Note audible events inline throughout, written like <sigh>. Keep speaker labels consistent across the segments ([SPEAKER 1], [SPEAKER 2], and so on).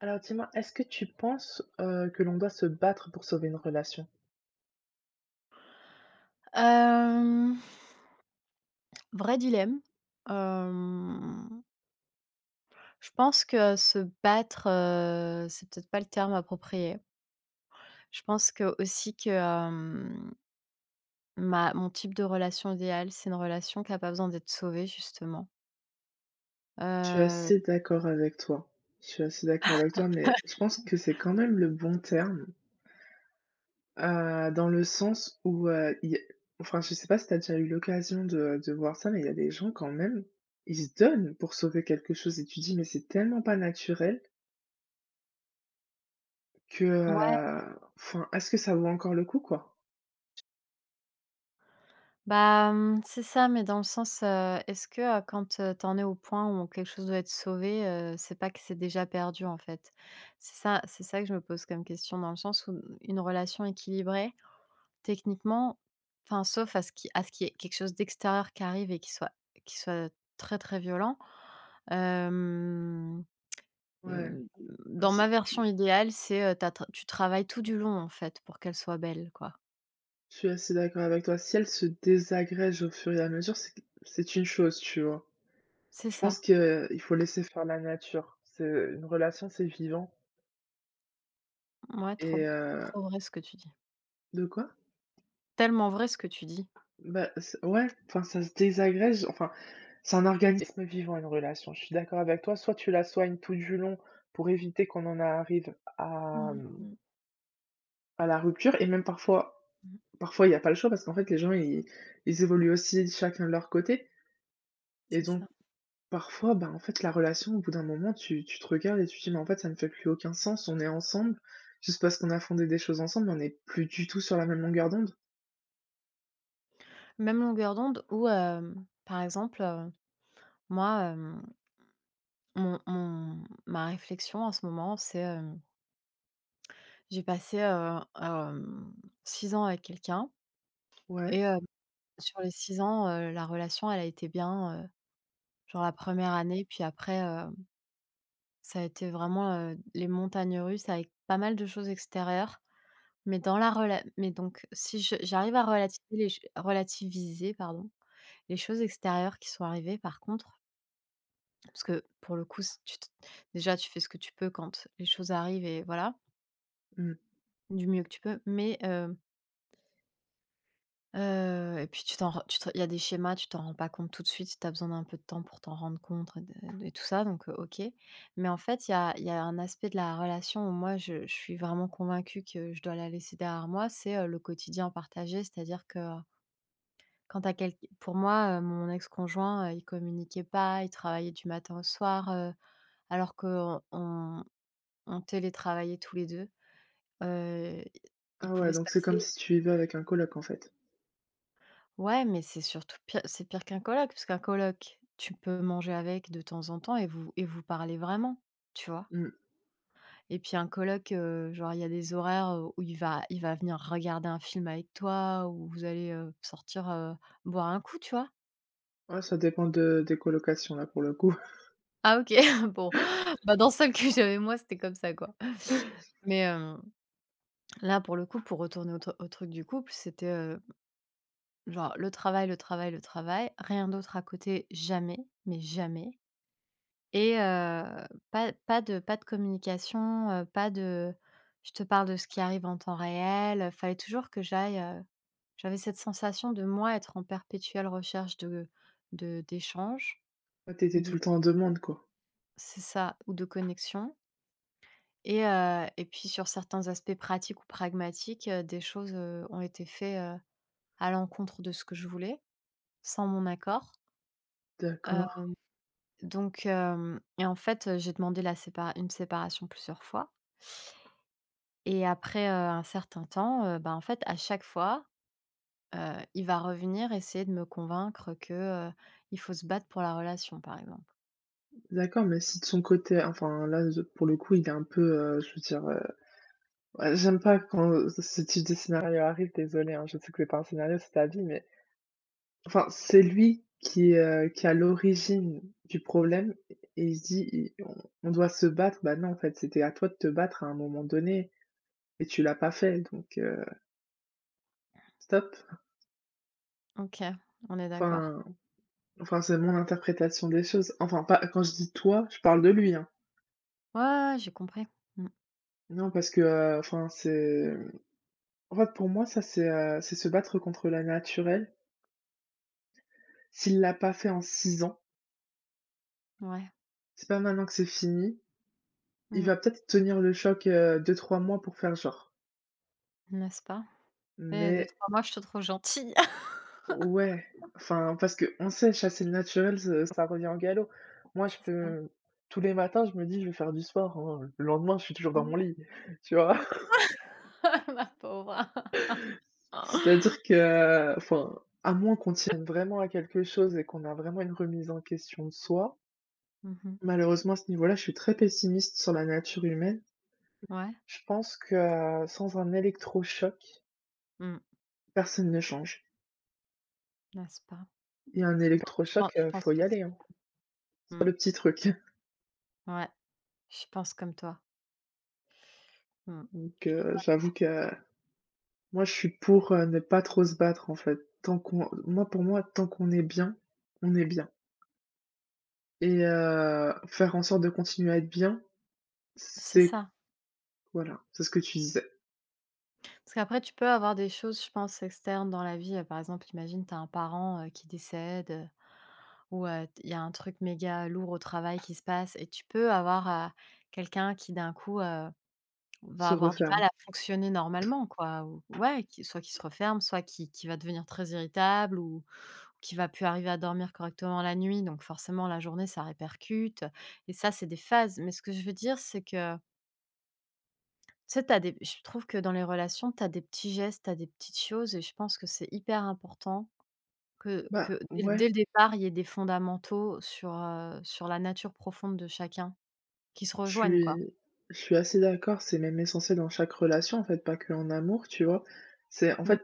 [SPEAKER 1] Alors dis-moi, est-ce que tu penses, que l'on doit se battre pour sauver une relation?
[SPEAKER 2] Hem, Vrai dilemme. Hem, je pense que se battre, c'est peut-être pas le terme approprié. Je pense que aussi que, ma mon type de relation idéale, c'est une relation qui a pas besoin d'être sauvée justement.
[SPEAKER 1] Je suis
[SPEAKER 2] Heu,
[SPEAKER 1] assez d'accord avec toi. Je suis assez d'accord avec toi, mais je pense que c'est quand même le bon terme, dans le sens où, il y a enfin, je sais pas si tu as déjà eu l'occasion de voir ça, mais il y a des gens quand même, ils se donnent pour sauver quelque chose et tu dis: «Mais c'est tellement pas naturel que,
[SPEAKER 2] ouais,
[SPEAKER 1] enfin, est-ce que ça vaut encore le coup, quoi?»
[SPEAKER 2] bah, mmh, c'est ça, mais dans le sens, est-ce que, quand, tu en es au point où quelque chose doit être sauvé, c'est pas que c'est déjà perdu en fait? C'est ça que je me pose comme question dans le sens où une relation équilibrée. Techniquement, enfin, sauf à ce qu'il y ait quelque chose d'extérieur qui arrive et qui soit très, très violent. Hem,
[SPEAKER 1] Ouais.
[SPEAKER 2] heu, dans ma
[SPEAKER 1] c'est
[SPEAKER 2] version
[SPEAKER 1] tu
[SPEAKER 2] idéale, c'est, tu travailles tout du long, en fait, pour qu'elle soit belle, quoi.
[SPEAKER 1] Je suis assez d'accord avec toi. Si elle se désagrège au fur et à mesure, c'est une chose, tu vois?
[SPEAKER 2] C'est
[SPEAKER 1] Je pense
[SPEAKER 2] ça.
[SPEAKER 1] que il faut laisser faire la nature. C'est une relation, c'est vivant
[SPEAKER 2] Ouais, trop
[SPEAKER 1] et
[SPEAKER 2] trop vrai ce que tu dis.
[SPEAKER 1] de quoi?
[SPEAKER 2] Tellement vrai ce que tu dis.
[SPEAKER 1] Bah, c ouais, enfin, ça se désagrège, enfin, c'est un organisme vivant, une relation, je suis d'accord avec toi. Soit tu la soignes tout du long pour éviter qu'on en arrive à,
[SPEAKER 2] Mmh mh.
[SPEAKER 1] à la rupture et même parfois
[SPEAKER 2] Mmh,
[SPEAKER 1] parfois, il n'y a pas le choix parce qu'en fait, les gens, ils évoluent aussi chacun de leur côté et
[SPEAKER 2] c'est
[SPEAKER 1] donc
[SPEAKER 2] ça.
[SPEAKER 1] parfois, bah, en fait, la relation, au bout d'un moment, tu te regardes et tu te dis: «Mais en fait, ça ne fait plus aucun sens, on est ensemble, juste parce qu'on a fondé des choses ensemble, mais on n'est plus du tout sur la même longueur d'onde».
[SPEAKER 2] Même longueur d'onde ou, par exemple, moi, mon mon ma réflexion en ce moment, c'est, j'ai passé, 6 ans avec quelqu'un. Et
[SPEAKER 1] Ouais,
[SPEAKER 2] sur les 6 ans, la relation, elle a été bien, genre la première année, puis après, ça a été vraiment, les montagnes russes avec pas mal de choses extérieures. Mais dans la rela mais donc si je j'arrive à relativiser les ch relativiser, pardon, les choses extérieures qui sont arrivées par contre, parce que pour le coup, c tu t déjà tu fais ce que tu peux quand les choses arrivent et voilà,
[SPEAKER 1] mmh.
[SPEAKER 2] du mieux que tu peux. Mais, et puis tu t'en ren tu te il y a des schémas, tu t'en rends pas compte tout de suite, tu as besoin d'un peu de temps pour t'en rendre compte et tout ça, donc OK. Mais en fait, il y a un aspect de la relation où moi je suis vraiment convaincue que je dois la laisser derrière moi, c'est, le quotidien partagé. C'est-à-dire que quand tu as quel pour moi, mon ex-conjoint, il communiquait pas, il travaillait du matin au soir, alors qu'on on télétravaillait tous les 2. Heu, il
[SPEAKER 1] Ah
[SPEAKER 2] pouvait
[SPEAKER 1] ouais,
[SPEAKER 2] se
[SPEAKER 1] donc c'est comme
[SPEAKER 2] passer.
[SPEAKER 1] si tu vivais avec un coloc, en fait?
[SPEAKER 2] Ouais, mais c'est pire qu'un colloque, parce qu'un colloque, tu peux manger avec de temps en temps et vous parlez vraiment, tu vois?
[SPEAKER 1] Mmh.
[SPEAKER 2] Et puis un colloque, genre il y a des horaires, où il va venir regarder un film avec toi, où vous allez, sortir, boire un coup, tu vois?
[SPEAKER 1] Ouais, ça dépend de des colocations, là, pour le coup.
[SPEAKER 2] Ah, OK, <laughs> bon, bah, dans celle que j'avais moi, c'était comme ça, quoi.
[SPEAKER 1] <laughs>
[SPEAKER 2] Mais, là, pour le coup, pour retourner au truc du couple, c'était, genre le travail, le travail, le travail, rien d'autre à côté, jamais, mais jamais. Et pas de communication, pas de: «Je te parle de ce qui arrive en temps réel». Fallait toujours que j'aille, j'avais cette sensation de moi être en perpétuelle recherche de d'échanges
[SPEAKER 1] Ouais,
[SPEAKER 2] ou
[SPEAKER 1] t'étais tout
[SPEAKER 2] de
[SPEAKER 1] le temps en demande, quoi?
[SPEAKER 2] c'est ça, ou de connexion. Et et puis sur certains aspects pratiques ou pragmatiques, des choses, ont été faites à l'encontre de ce que je voulais, sans mon accord.
[SPEAKER 1] D'accord,
[SPEAKER 2] Heu, donc hem et en fait, j'ai demandé la sépara une séparation plusieurs fois. Et après, un certain temps, bah, en fait, à chaque fois, heu, il va revenir essayer de me convaincre que, heu, il faut se battre pour la relation, par exemple.
[SPEAKER 1] d'accord, mais si de son côté enfin, là, je pour le coup, il est un peu, je veux dire, ouais, j'aime pas quand, ce type de scénario arrive, désolé hein, je sais que c'est pas un scénario, c'est ta vie, mais enfin, c'est lui qui est à l'origine du problème et il se dit: «I on doit se battre». Bah, non, en fait, c'était à toi de te battre à un moment donné et tu l'as pas fait donc stop.
[SPEAKER 2] OK, on est d'accord.
[SPEAKER 1] Enfin enfin, c'est mon interprétation des choses. Enfin, pas quand je dis «toi», je parle de lui, hein.
[SPEAKER 2] Ouais, ouais, ouais, j'ai compris. Mmh,
[SPEAKER 1] Non, parce que, enfin, c'est en fait, pour moi, ça, c'est se battre contre la naturelle. S'il l'a pas fait en 6 ans,
[SPEAKER 2] ouais.
[SPEAKER 1] c'est pas maintenant que c'est fini. Il
[SPEAKER 2] Mmh,
[SPEAKER 1] va peut-être tenir le choc, 2-3 mois pour faire genre,
[SPEAKER 2] n'est-ce pas? Eh, 2
[SPEAKER 1] mais
[SPEAKER 2] trois mois, je te trouve gentille. <laughs>
[SPEAKER 1] ouais, enfin, parce que on sait chasser le naturel, ce ça revient au galop. Moi, je
[SPEAKER 2] C'est ça.
[SPEAKER 1] peux Tous les matins, je me dis: «Je vais faire du sport», hein, le lendemain, je suis toujours dans
[SPEAKER 2] Mmh.
[SPEAKER 1] mon lit, <laughs> tu vois?
[SPEAKER 2] <laughs> Ma pauvre. <laughs>
[SPEAKER 1] C'est-à-dire que enfin, à moins qu'on tienne vraiment à quelque chose et qu'on a vraiment une remise en question de soi,
[SPEAKER 2] Mmh.
[SPEAKER 1] malheureusement, à ce niveau-là, je suis très pessimiste sur la nature humaine.
[SPEAKER 2] Ouais.
[SPEAKER 1] Je pense que sans un électrochoc,
[SPEAKER 2] Mmh,
[SPEAKER 1] personne ne change
[SPEAKER 2] n'est-ce pas?
[SPEAKER 1] et un électrochoc,
[SPEAKER 2] Je
[SPEAKER 1] faut
[SPEAKER 2] pense
[SPEAKER 1] y
[SPEAKER 2] aussi.
[SPEAKER 1] aller, hein. C'est pas
[SPEAKER 2] Mmh,
[SPEAKER 1] le petit truc. <laughs>
[SPEAKER 2] ouais, je pense comme toi. Mmh,
[SPEAKER 1] Donc j'avoue que Moi, je suis pour, ne pas trop se battre en fait. Tant qu'on Moi, pour moi, tant qu'on est bien, on est bien et faire en sorte de continuer à être bien,
[SPEAKER 2] c'est
[SPEAKER 1] c'est
[SPEAKER 2] ça.
[SPEAKER 1] voilà, c'est ce que tu disais,
[SPEAKER 2] Parce qu'après, tu peux avoir des choses, je pense, externes dans la vie. Par exemple, imagine, tu as un parent, qui décède, ou, il y a un truc méga lourd au travail qui se passe et tu peux avoir, quelqu'un qui d'un coup, va
[SPEAKER 1] se
[SPEAKER 2] avoir du
[SPEAKER 1] referme.
[SPEAKER 2] mal à fonctionner normalement quoi ou ouais, qui soit qui se referme, soit qui va devenir très irritable ou qui va plus arriver à dormir correctement la nuit. Donc forcément la journée, ça répercute et ça, c'est des phases. Mais ce que je veux dire, c'est que tu sais, tu des je trouve que dans les relations, tu as des petits gestes, tu as des petites choses et je pense que c'est hyper important
[SPEAKER 1] Bah,
[SPEAKER 2] que dès
[SPEAKER 1] ouais,
[SPEAKER 2] le départ, il y ait des fondamentaux sur la nature profonde de chacun qui se
[SPEAKER 1] je
[SPEAKER 2] rejoignent, quoi.
[SPEAKER 1] suis je suis assez d'accord, c'est même essentiel dans chaque relation en fait, pas que en amour, tu vois? C'est en
[SPEAKER 2] Mmh.
[SPEAKER 1] fait,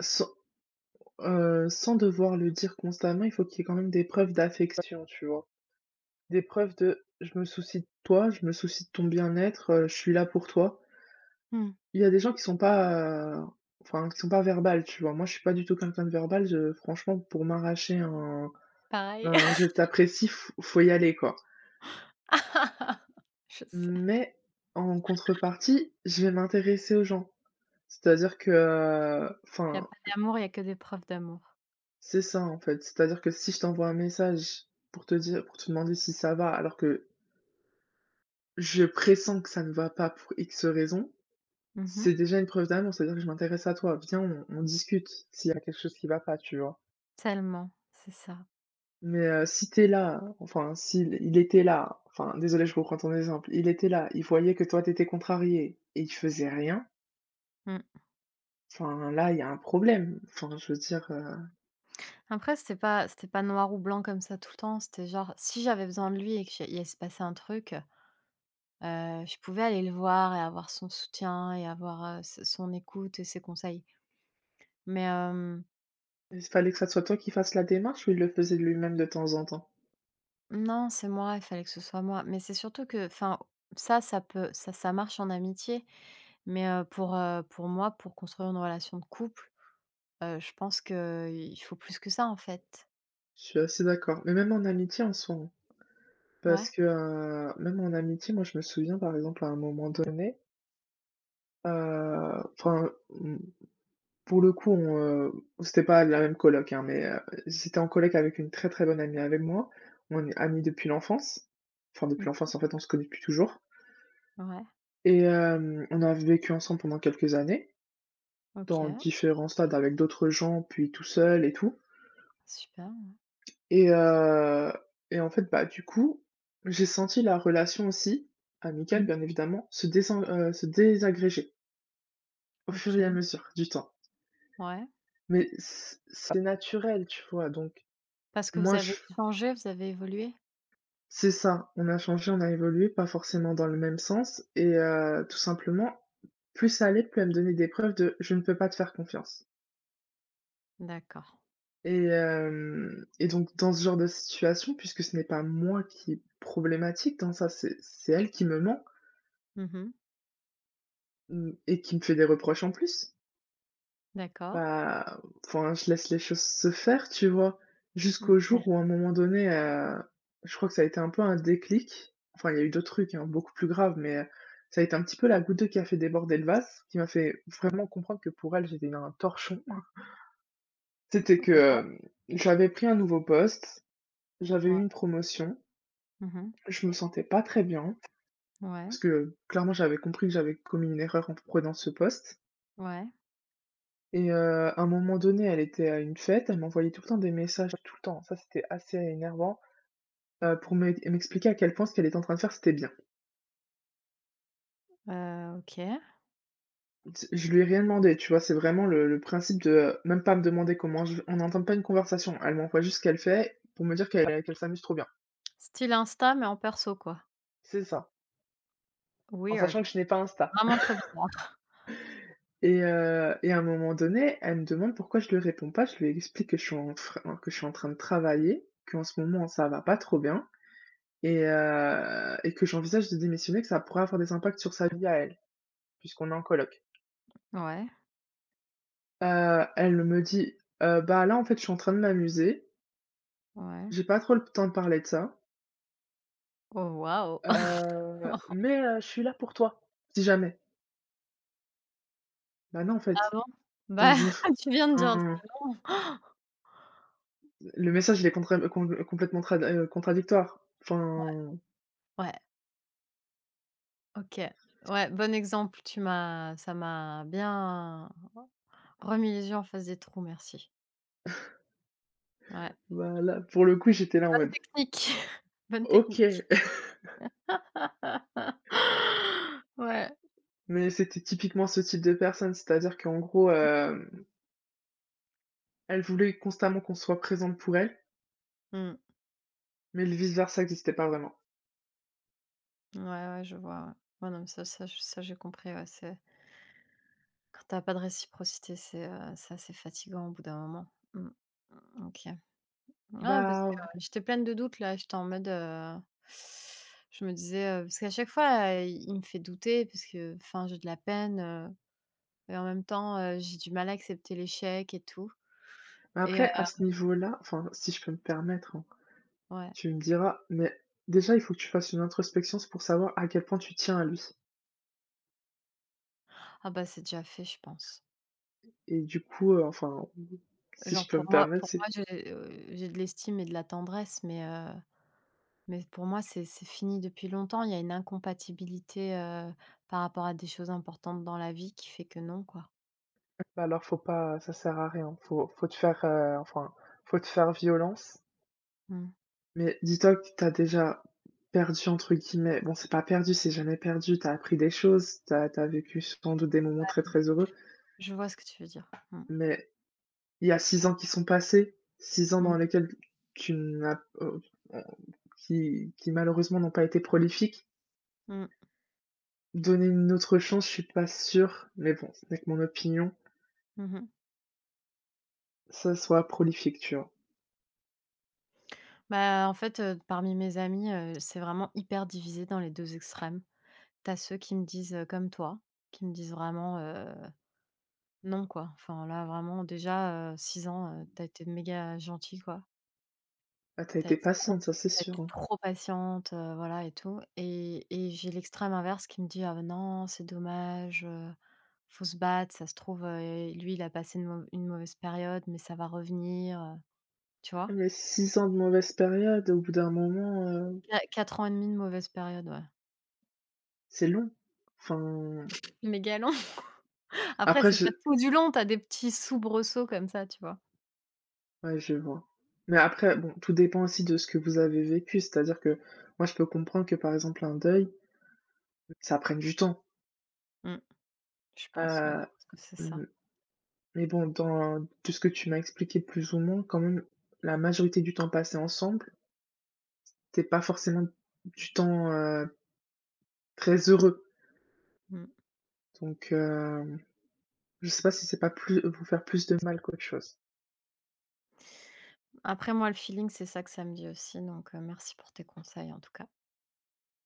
[SPEAKER 1] sans sans devoir le dire constamment, il faut qu'il y ait quand même des preuves d'affection, tu vois? Des preuves de: «Je me soucie de toi, je me soucie de ton bien-être, je suis là pour toi».
[SPEAKER 2] Mmh.
[SPEAKER 1] Il y a des gens qui sont pas, enfin qui sont pas verbales, tu vois? Moi, je suis pas du tout quelqu'un de verbal, je franchement, pour m'arracher un
[SPEAKER 2] Pareil.
[SPEAKER 1] un «je t'apprécie», faut y aller, quoi.
[SPEAKER 2] <laughs> Je sais.
[SPEAKER 1] Mais en contrepartie, je vais m'intéresser aux gens. C'est-à-dire que
[SPEAKER 2] Il y a
[SPEAKER 1] enfin,
[SPEAKER 2] pas d'amour, il y a que des preuves d'amour.
[SPEAKER 1] c'est ça, en fait. C'est-à-dire que si je t'envoie un message pour te demander si ça va, alors que je pressens que ça ne va pas pour X raison
[SPEAKER 2] Mmh.
[SPEAKER 1] c'est déjà une preuve d'amour. C'est-à-dire que je m'intéresse à toi. Viens, on discute s'il y a quelque chose qui va pas, tu vois?
[SPEAKER 2] Tellement, c'est ça.
[SPEAKER 1] Mais si t'es là, enfin s'il il était là, enfin désolé je reprends ton exemple, il était là, il voyait que toi t'étais contrarié et il faisait rien,
[SPEAKER 2] Mmh.
[SPEAKER 1] enfin là, il y a un problème. Enfin, je veux dire,
[SPEAKER 2] Après c'était pas noir ou blanc comme ça tout le temps, c'était genre si j'avais besoin de lui et qu'il se passait un truc. Je pouvais aller le voir et avoir son soutien et avoir, s son écoute et ses conseils. Mais,
[SPEAKER 1] il fallait que ça soit toi qui fasse la démarche ou il le faisait de lui-même de temps en temps?
[SPEAKER 2] non, c'est moi, il fallait que ce soit moi. Mais c'est surtout que enfin, ça marche en amitié, mais, pour moi, pour construire une relation de couple, je pense que il faut plus que ça, en fait.
[SPEAKER 1] Je suis assez d'accord, mais même en amitié en soi, hein,
[SPEAKER 2] Ouais.
[SPEAKER 1] parce que, même en amitié, moi je me souviens par exemple à un moment donné, heu, enfin, pour le coup, heu, c'était pas la même coloc, hein, mais j'étais en coloc avec une très, très bonne amie avec moi. On est amies depuis l'enfance. Enfin depuis
[SPEAKER 2] Mmh.
[SPEAKER 1] l'enfance, en fait, on se connaît depuis toujours
[SPEAKER 2] Ouais.
[SPEAKER 1] et on a vécu ensemble pendant quelques années, dans
[SPEAKER 2] OK.
[SPEAKER 1] différents stades avec d'autres gens, puis tout seul et tout
[SPEAKER 2] Super.
[SPEAKER 1] et heu et en fait, bah, du coup, j'ai senti la relation aussi, amicale
[SPEAKER 2] Mmh.
[SPEAKER 1] bien évidemment, se désagréger au fur et à
[SPEAKER 2] OK.
[SPEAKER 1] mesure du temps.
[SPEAKER 2] Ouais.
[SPEAKER 1] Mais c'est naturel, tu vois? Donc
[SPEAKER 2] Parce que vous
[SPEAKER 1] moi,
[SPEAKER 2] avez
[SPEAKER 1] je
[SPEAKER 2] changé, vous avez évolué?
[SPEAKER 1] c'est ça, on a changé, on a évolué, pas forcément dans le même sens et tout simplement, plus ça allait, plus elle me donnait des preuves de: «Je ne peux pas te faire confiance»
[SPEAKER 2] D'accord.
[SPEAKER 1] et donc dans ce genre de situation, puisque ce n'est pas moi qui est problématique dans ça, c'est elle qui me ment,
[SPEAKER 2] Mmh.
[SPEAKER 1] mmh et qui me fait des reproches en plus.
[SPEAKER 2] D'accord.
[SPEAKER 1] Bah, enfin, je laisse les choses se faire, tu vois? Jusqu'au
[SPEAKER 2] OK.
[SPEAKER 1] jour où à un moment donné, je crois que ça a été un peu un déclic. Enfin, il y a eu d'autres trucs, hein, beaucoup plus graves, mais ça a été un petit peu la goutte d'eau qui a fait déborder le vase, qui m'a fait vraiment comprendre que pour elle, j'étais un torchon. C'était que,
[SPEAKER 2] Ouais.
[SPEAKER 1] j'avais pris un nouveau poste, j'avais eu
[SPEAKER 2] Ouais.
[SPEAKER 1] une promotion,
[SPEAKER 2] Mmh.
[SPEAKER 1] je me sentais pas très bien,
[SPEAKER 2] Ouais.
[SPEAKER 1] parce que clairement, j'avais compris que j'avais commis une erreur en prenant ce poste.
[SPEAKER 2] Ouais,
[SPEAKER 1] Et à un moment donné, elle était à une fête, elle m'envoyait tout le temps des messages, tout le temps, ça c'était assez énervant, pour m'expliquer à quel point ce qu'elle était en train de faire, c'était bien.
[SPEAKER 2] OK.
[SPEAKER 1] C Je lui ai rien demandé, tu vois? C'est vraiment le principe de, même pas me demander comment je on n'entend pas une conversation. Elle m'envoie juste ce qu'elle fait pour me dire qu'elle s'amuse trop bien.
[SPEAKER 2] Style Insta mais en perso quoi?
[SPEAKER 1] C'est ça, en
[SPEAKER 2] Weird.
[SPEAKER 1] sachant que je n'ai pas Insta
[SPEAKER 2] Vraiment très bizarre.
[SPEAKER 1] et à un moment donné, elle me demande pourquoi je lui réponds pas. Je lui explique que je suis en fr que je suis en train de travailler, qu'en ce moment, ça va pas trop bien. Et que j'envisage de démissionner, que ça pourrait avoir des impacts sur sa vie à elle, puisqu'on est en coloc.
[SPEAKER 2] Ouais,
[SPEAKER 1] Elle me dit: Bah, là, en fait, je suis en train de m'amuser,
[SPEAKER 2] ouais.
[SPEAKER 1] j'ai pas trop le temps de parler de ça,
[SPEAKER 2] Oh, waouh! <laughs>
[SPEAKER 1] mais je suis là pour toi, si jamais». Bah, non, en
[SPEAKER 2] Ah
[SPEAKER 1] fait,
[SPEAKER 2] bon?
[SPEAKER 1] dans
[SPEAKER 2] Bah,
[SPEAKER 1] une f
[SPEAKER 2] <laughs> tu viens de dire un truc.
[SPEAKER 1] enfin, le message, il est contra com complètement trad contradictoire.
[SPEAKER 2] Ouais,
[SPEAKER 1] Enfin,
[SPEAKER 2] ouais, OK. Ouais, bon exemple, tu m'as ça m'a bien remis les yeux en face des trous, merci. Ouais.
[SPEAKER 1] bah, là, pour le coup, j'étais là en
[SPEAKER 2] Bonne
[SPEAKER 1] mode:
[SPEAKER 2] technique, <laughs> bonne
[SPEAKER 1] «OK».
[SPEAKER 2] technique.
[SPEAKER 1] <laughs>
[SPEAKER 2] <laughs> Ouais,
[SPEAKER 1] Mais c'était typiquement ce type de personne, c'est-à-dire qu'en gros, elle voulait constamment qu'on soit présente pour elle.
[SPEAKER 2] mmh.
[SPEAKER 1] Mais le vice versa existait pas vraiment.
[SPEAKER 2] Ouais, ouais, je vois, ouais. Ouais, non mais ça ça je- ça j'ai compris, ouais, c'est. Quand t'as pas de réciprocité, c'est assez fatigant au bout d'un moment. Mmh, OK. Ouais, parce que
[SPEAKER 1] Bah,
[SPEAKER 2] j'étais pleine de doutes là, j'étais en mode, je me disais, parce qu'à chaque fois, il me fait douter parce que, enfin, j'ai de la peine, heu et en même temps, j'ai du mal à accepter l'échec et tout et heu
[SPEAKER 1] après à ce niveau-là, enfin, si je peux me permettre, hein,
[SPEAKER 2] ouais.
[SPEAKER 1] tu me diras, mais déjà, il faut que tu fasses une introspection, c'est pour savoir à quel point tu tiens à lui
[SPEAKER 2] Ah bah, c'est déjà fait, je pense.
[SPEAKER 1] et du coup, enfin, si je
[SPEAKER 2] Genre
[SPEAKER 1] peux me permettre,
[SPEAKER 2] pour moi,
[SPEAKER 1] c'est
[SPEAKER 2] j'ai de l'estime et de la tendresse Mais pour moi, c'est fini depuis longtemps. Il y a une incompatibilité, par rapport à des choses importantes dans la vie qui fait que non, quoi.
[SPEAKER 1] bah, alors faut pas, ça sert à rien, faut te faire, enfin, faut te faire violence,
[SPEAKER 2] Mmh.
[SPEAKER 1] mais dis-toi que tu déjà «perdu» entre guillemets, bon, c'est pas perdu, c'est jamais perdu, t'as appris des choses, t'as vécu sans doute des moments très, très heureux,
[SPEAKER 2] Je vois ce que tu veux dire. Mmh.
[SPEAKER 1] mais il y a 6 ans qui sont passés, 6 ans
[SPEAKER 2] Mmh.
[SPEAKER 1] dans lesquels tu n'as qui malheureusement n'ont pas été prolifiques.
[SPEAKER 2] Mmh.
[SPEAKER 1] Donner une autre chance, je suis pas sûr, mais bon, ce n'est que mon opinion,
[SPEAKER 2] Mmh.
[SPEAKER 1] ça soit prolifique, tu vois?
[SPEAKER 2] Bah, en fait, parmi mes amis, c'est vraiment hyper divisé dans les 2 extrêmes. T'as ceux qui me disent, comme toi, qui me disent vraiment, «Non, quoi». Enfin là, vraiment déjà, 6 ans, tu été méga gentil, quoi.
[SPEAKER 1] Ah, tu as
[SPEAKER 2] T'as
[SPEAKER 1] été
[SPEAKER 2] été trop
[SPEAKER 1] patiente, ça, c'est
[SPEAKER 2] Tu
[SPEAKER 1] sûr,
[SPEAKER 2] été
[SPEAKER 1] hein.
[SPEAKER 2] trop patiente, voilà et tout et j'ai l'extrême inverse qui me dit: «Ah bah non, c'est dommage, faut se battre, ça se trouve, lui il a passé une mauvaise période mais ça va revenir», tu vois?
[SPEAKER 1] Mais 6 ans de mauvaise période, au bout d'un moment,
[SPEAKER 2] Qua 4 ans et demi de mauvaise période, ouais,
[SPEAKER 1] c'est long. Enfin,
[SPEAKER 2] méga long. <laughs> Après
[SPEAKER 1] après
[SPEAKER 2] c'est
[SPEAKER 1] je
[SPEAKER 2] pas tout du long, t'as des petits soubresauts comme ça, tu vois?
[SPEAKER 1] ouais, je vois. Mais après, bon, tout dépend aussi de ce que vous avez vécu, c'est-à-dire que moi, je peux comprendre que, par exemple, un deuil, ça prenne du temps,
[SPEAKER 2] Mmh, je pense, ouais, je
[SPEAKER 1] heu,
[SPEAKER 2] pense que c'est
[SPEAKER 1] mmh
[SPEAKER 2] ça.
[SPEAKER 1] mais bon, dans de ce que tu m'as expliqué plus ou moins, quand même, la majorité du temps passé ensemble, c'est pas forcément du temps, très heureux.
[SPEAKER 2] Mmh.
[SPEAKER 1] Donc, je sais pas si c'est pas plus vous faire plus de mal qu'autre chose.
[SPEAKER 2] Après moi le feeling, c'est ça que ça me dit aussi donc merci pour tes conseils en tout cas.